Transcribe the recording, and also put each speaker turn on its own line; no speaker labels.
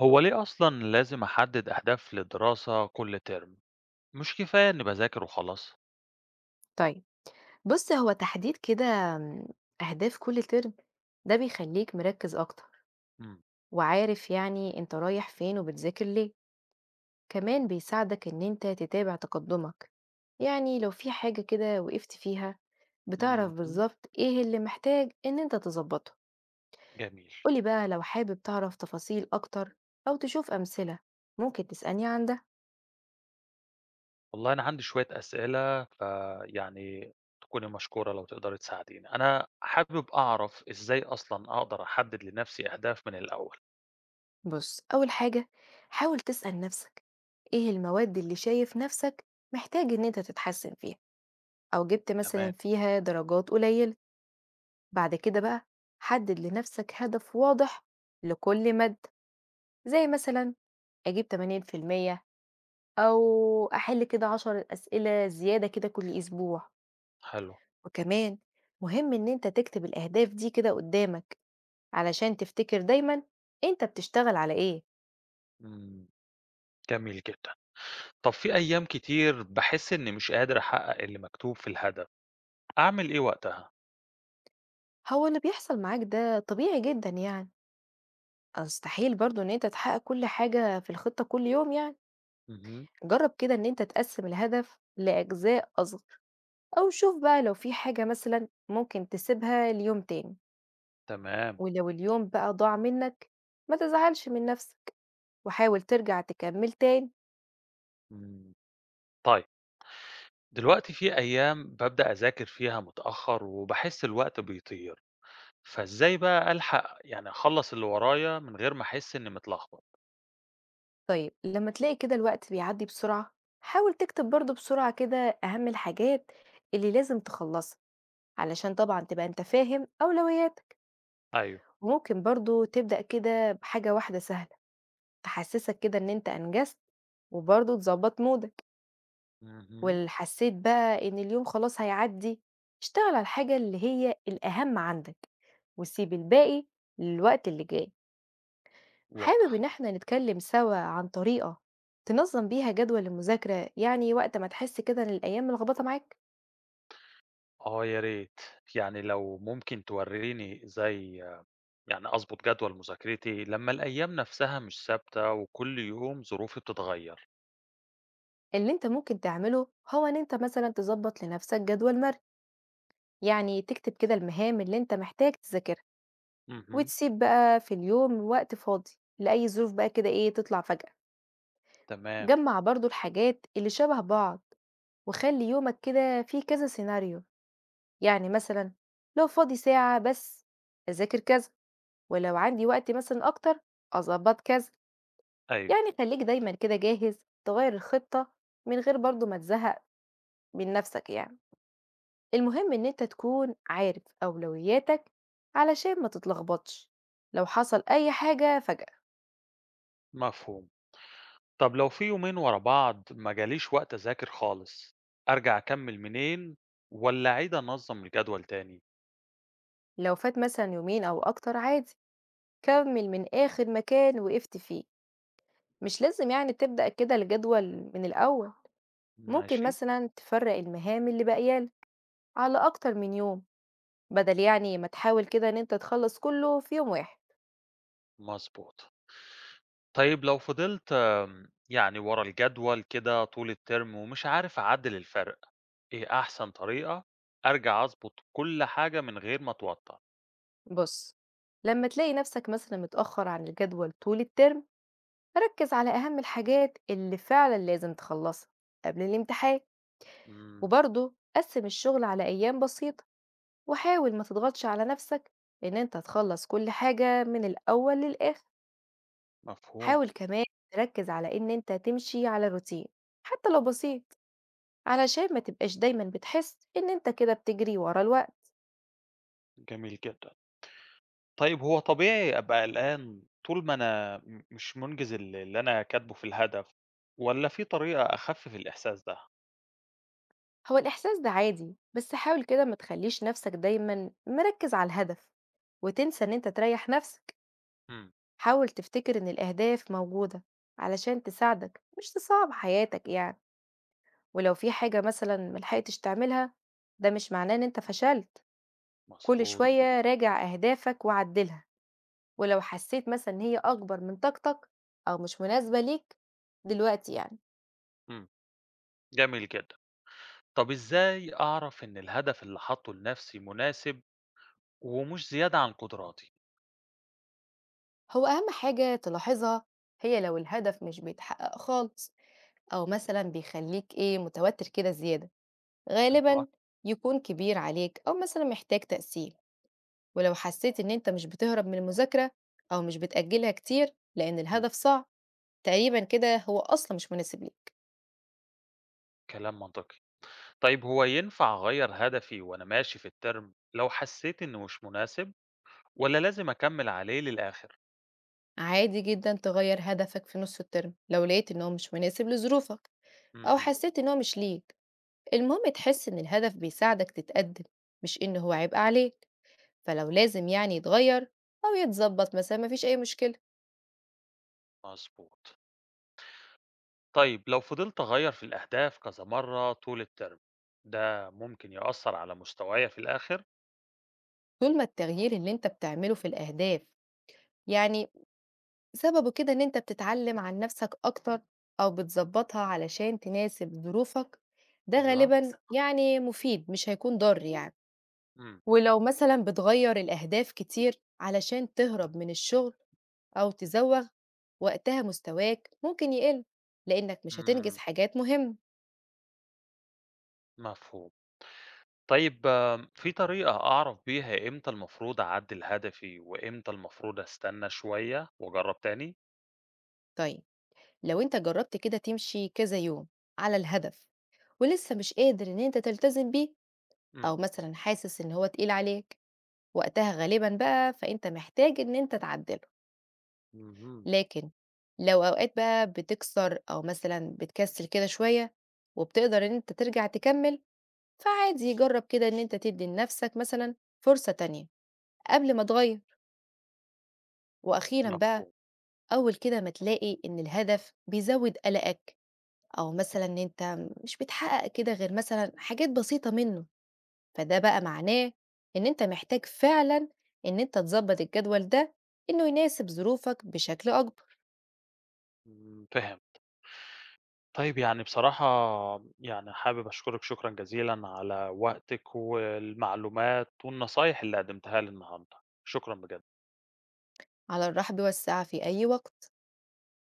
هو ليه أصلا لازم أحدد أهداف للدراسة كل ترم؟ مش كفاية إني بذاكر وخلاص.
طيب، بُص، هو تحديد كده أهداف كل ترم ده بيخلّيك مركّز أكتر،
امم،
وعارف يعني أنت رايح فين وبتذاكر ليه، كمان بيساعدك إن أنت تتابع تقدُّمك، يعني لو في حاجة كده وقفت فيها بتعرف
امم،
بالضبط إيه اللي محتاج إن أنت تضبّطه.
جميل.
قُل لي بقى لو حابب تعرف تفاصيل أكتر أو تشوف أمثلة ممكن تسألني عن ده.
والله أنا عندي شوية أسئلة فيعني تكوني مشكورة لو تقدري تساعديني. أنا حابب أعرف إزاي أصلا أقدر أحدد لنفسي أهداف من الأول.
بُص، أول حاجة حاول تسأل نَفْسك إيه المواد اللي شايف نَفْسك محتاج إن أنت تتحسّن فيها؟ أو جبت مثلًا
تمام،
فيها درجات قليلة. بعد كده بقى حدد لنفسك هدف واضح لكل مادة، زي مثلًا أجيب 80%، أو أحل كده 10 أسئلة زيادة كده كل أسبوع.
حلو.
وكمان مهم إن أنت تكتب الأهداف دي كده قدامك علشان تفتكر دايمًا أنت بتشتغل على إيه.
امم، جميل جدا. طب في أيام كتير بحس إني مش قادر أحقق اللي مكتوب في الهدف. أعمل إيه وقتها؟
هو اللي بيحصل معاك ده طبيعي جدًا يعني، مستحيل برضه إن أنت تحقق كل حاجة في الخطة كل يوم يعني.
امم،
جرب كده إن أنت تقسم الهدف لأجزاء أصغر. أو شوف بقى لو في حاجة مثلا ممكن تسيبها ليوم تاني.
تمام.
ولو اليوم بقى ضاع منك ما تزعلش من نفسك وحاول ترجع تكمل تاني.
امم، طيب. دلوقتي في أيام بابدأ أذاكر فيها متأخر وباحس الوقت بيطير، فإزاي بقى ألحق يعني أخلص اللي ورايا من غير ما أحس إني متلخبط؟
طيب لما تلاقي كده الوقت بيعدي بسرعة حاول تكتب برضه بسرعة كده أهم الحاجات اللي لازم تخلصها علشان طبعا تبقى انت فاهم أولوياتك.
أيوه،
وممكن برضه تبدأ كده بحاجة واحدة سهلة تحسسك كده إن انت أنجزت وبرضه تظبط مودك.
مهم.
ول حسيت بقى إن اليوم خلاص هيعدّي، اشتغل على الحاجة اللي هي الأهم عندك، وسيب الباقي للوقت اللي جاي. حابب
واضح.
إن إحنا نتكلم سوا عن طريقة تنظّم بيها جدول المذاكرة، يعني وقت ما تحس كده إن الأيام ملخبطة معاك؟
آه، يا ريت، يعني لو ممكن توريني إزاي يعني أظبط جدول مذاكرتي لما الأيام نفسها مش ثابتة وكل يوم ظروفي بتتغير.
اللي أنت ممكن تعمله هو إن أنت مثلًا تضبّط لنفسك جدول مرن، يعني تكتب كده المهام اللي أنت محتاج تذاكرها،
مهم.
وتسيب بقى في اليوم وقت فاضي لأي ظروف بقى كده إيه تطلع فجأة.
تمام.
جمّع برضه الحاجات اللي شبه بعض وخلي يومك كده فيه كذا سيناريو، يعني مثلا لو فاضي ساعة بس أذاكر كذا، ولو عندي وقت مثلا أكتر أظبط كذا.
أيوه،
يعني خليك دايما كده جاهز تغير الخطة من غير برضو ما تزهق من نفسك يعني. المهم إن أنت تكون عارف أولوياتك علشان ما تتلخبطش لو حصل أي حاجة فجأة.
مفهوم. طب لو في يومين ورا بعض ما جاليش وقت أذاكر خالص، أرجع أكمل منين ولا أعيد أنظم الجدول تاني؟
لو فات مثلا يومين أو أكتر عادي، كمل من آخر مكان وقفت فيه، مش لازم يعني تبدأ كده الجدول من الأول. ممكن
ماشي،
مثلا تفرق المهام اللي باقيالك على أكتر من يوم، بدل يعني ما تحاول كده إن أنت تخلص كله في يوم واحد.
مظبوط. طيب لو فضلت يعني ورا الجدول كده طول الترم ومش عارف أعدل الفرق، إيه أحسن طريقة أرجع أظبط كل حاجة من غير ما أتوتر؟
بص، لما تلاقي نفسك مثلا متأخر عن الجدول طول الترم ركز على أهم الحاجات اللي فعلا لازم تخلصها قبل الامتحان.
مم،
وبرضه قسم الشغل على أيام بسيطة وحاول ما تضغطش على نفسك إن أنت تخلص كل حاجة من الأول للآخر.
مفهوم،
حاول كمان تركز على إن أنت تمشي على روتين حتى لو بسيط، علشان ما تبقاش دايما بتحس إن أنت كده بتجري ورا الوقت.
جميل جدا. طيب هو طبيعي أبقى قلقان طول ما أنا مش منجز اللي أنا كاتبه في الهدف، ولا في طريقة أخفف الإحساس ده؟
هو الإحساس ده عادي، بس حاول كده ما تخليش نفسك دايما مركز على الهدف وتنسى إن أنت تريح نفسك.
إمم،
حاول تفتكر إن الأهداف موجودة علشان تساعدك مش تصعب حياتك يعني. ولو في حاجة مثلا ملحقتش تعملها ده مش معناه إن أنت فشلت. كل
مضبوط،
شوية راجع أهدافك وعدلها، ولو حسيت مثلا إن هي أكبر من طاقتك أو مش مناسبة ليك دلوقتي يعني.
إمم، جميل جدًا. طب إزاي أعرف إن الهدف اللي حاطّه لنفسي مناسب ومش زيادة عن قدراتي؟
هو أهم حاجة تلاحظها هي لو الهدف مش بيتحقق خالص أو مثلا بيخليك إيه متوتر كده زيادة،
أيوه،
غالبا يكون كبير عليك أو مثلا محتاج تقسيم. ولو حسيت إن أنت مش بتهرب من المذاكرة أو مش بتأجلها كتير لأن
إمم،
الهدف صعب، تقريبا كده هو أصلا مش مناسب ليك.
كلام منطقي. طيب هو ينفع أغيّر هدفي وأنا ماشي في الterm لو حسّيت إنه مش مناسب والّا لازم أكمّل عليه للآخر؟
عادي جدا تغير هدفك في نص الترم لو لقيت إن هو مش مناسب لظروفك أو
اهم،
حسيت إن هو مش ليك. المهم تحس إن الهدف بيساعدك تتقدم مش إن هو عبء عليك، فلو لازم يعني يتغير أو يتظبط مثلا مفيش أي مشكلة.
مضبوط. طيب لو فضلت أغيّر في الأهداف كذا مرّة طول الterm ده ممكن يأثّر على مستوايا في الآخر؟
طول ما التغيير اللي أنت بتعمله في الأهداف يعني سببه كده إن أنت بتتعلم عن نفسك أكتر أو بتظبطها علشان تناسب ظروفك، ده
أيوه،
غالبا يعني مفيد مش هيكون ضار يعني.
إمم،
ولو مثلا بتغير الأهداف كتير علشان تهرب من الشغل أو تزوغ، وقتها مستواك ممكن يقل لأنك مش هتنجز
إمم،
حاجات مهمة.
مفهوم. طيب في طريقة أعرف بيها إمتى المفروض أعدّل هدفي، وإمتى المفروض أستنى شوية وأجرّب تاني؟
طيب، لو أنت جربت كده تمشي كذا يوم على الهدف ولسه مش قادر إن أنت تلتزم بيه،
إمم.
أو مثلًا حاسس إن هو تقيل عليك، وقتها غالبًا بقى فأنت محتاج إن أنت تعدّله.
اهم.
لكن لو أوقات بقى بتكسر أو مثلًا بتكسّل كده شوية وبتقدر إن أنت ترجع تكمّل، فعادي جرّب كده إن أنت تدّي لنَفْسك مثلًا فرصة تانية قبل ما تغيّر. وأخيرًا بقى
مفهوم.
أول كده ما تلاقي إن الهدف بيزوّد قلقك أو مثلًا إن أنت مش بتحقق كده غير مثلًا حاجات بسيطة منّه، فده بقى معناه إن أنت محتاج فعلا إن أنت تظبط الجدول ده إنه يناسب ظروفك بشكل أكبر.
إمم. فهمت. طيب يعني بصراحة يعني حابب أشكرِك شكرًا جزيلًا على وقتِك والمعلومات والنصايح اللي قدّمتها لي النهارده، شكرًا بجد.
على الرحب والسعة في أي وقت.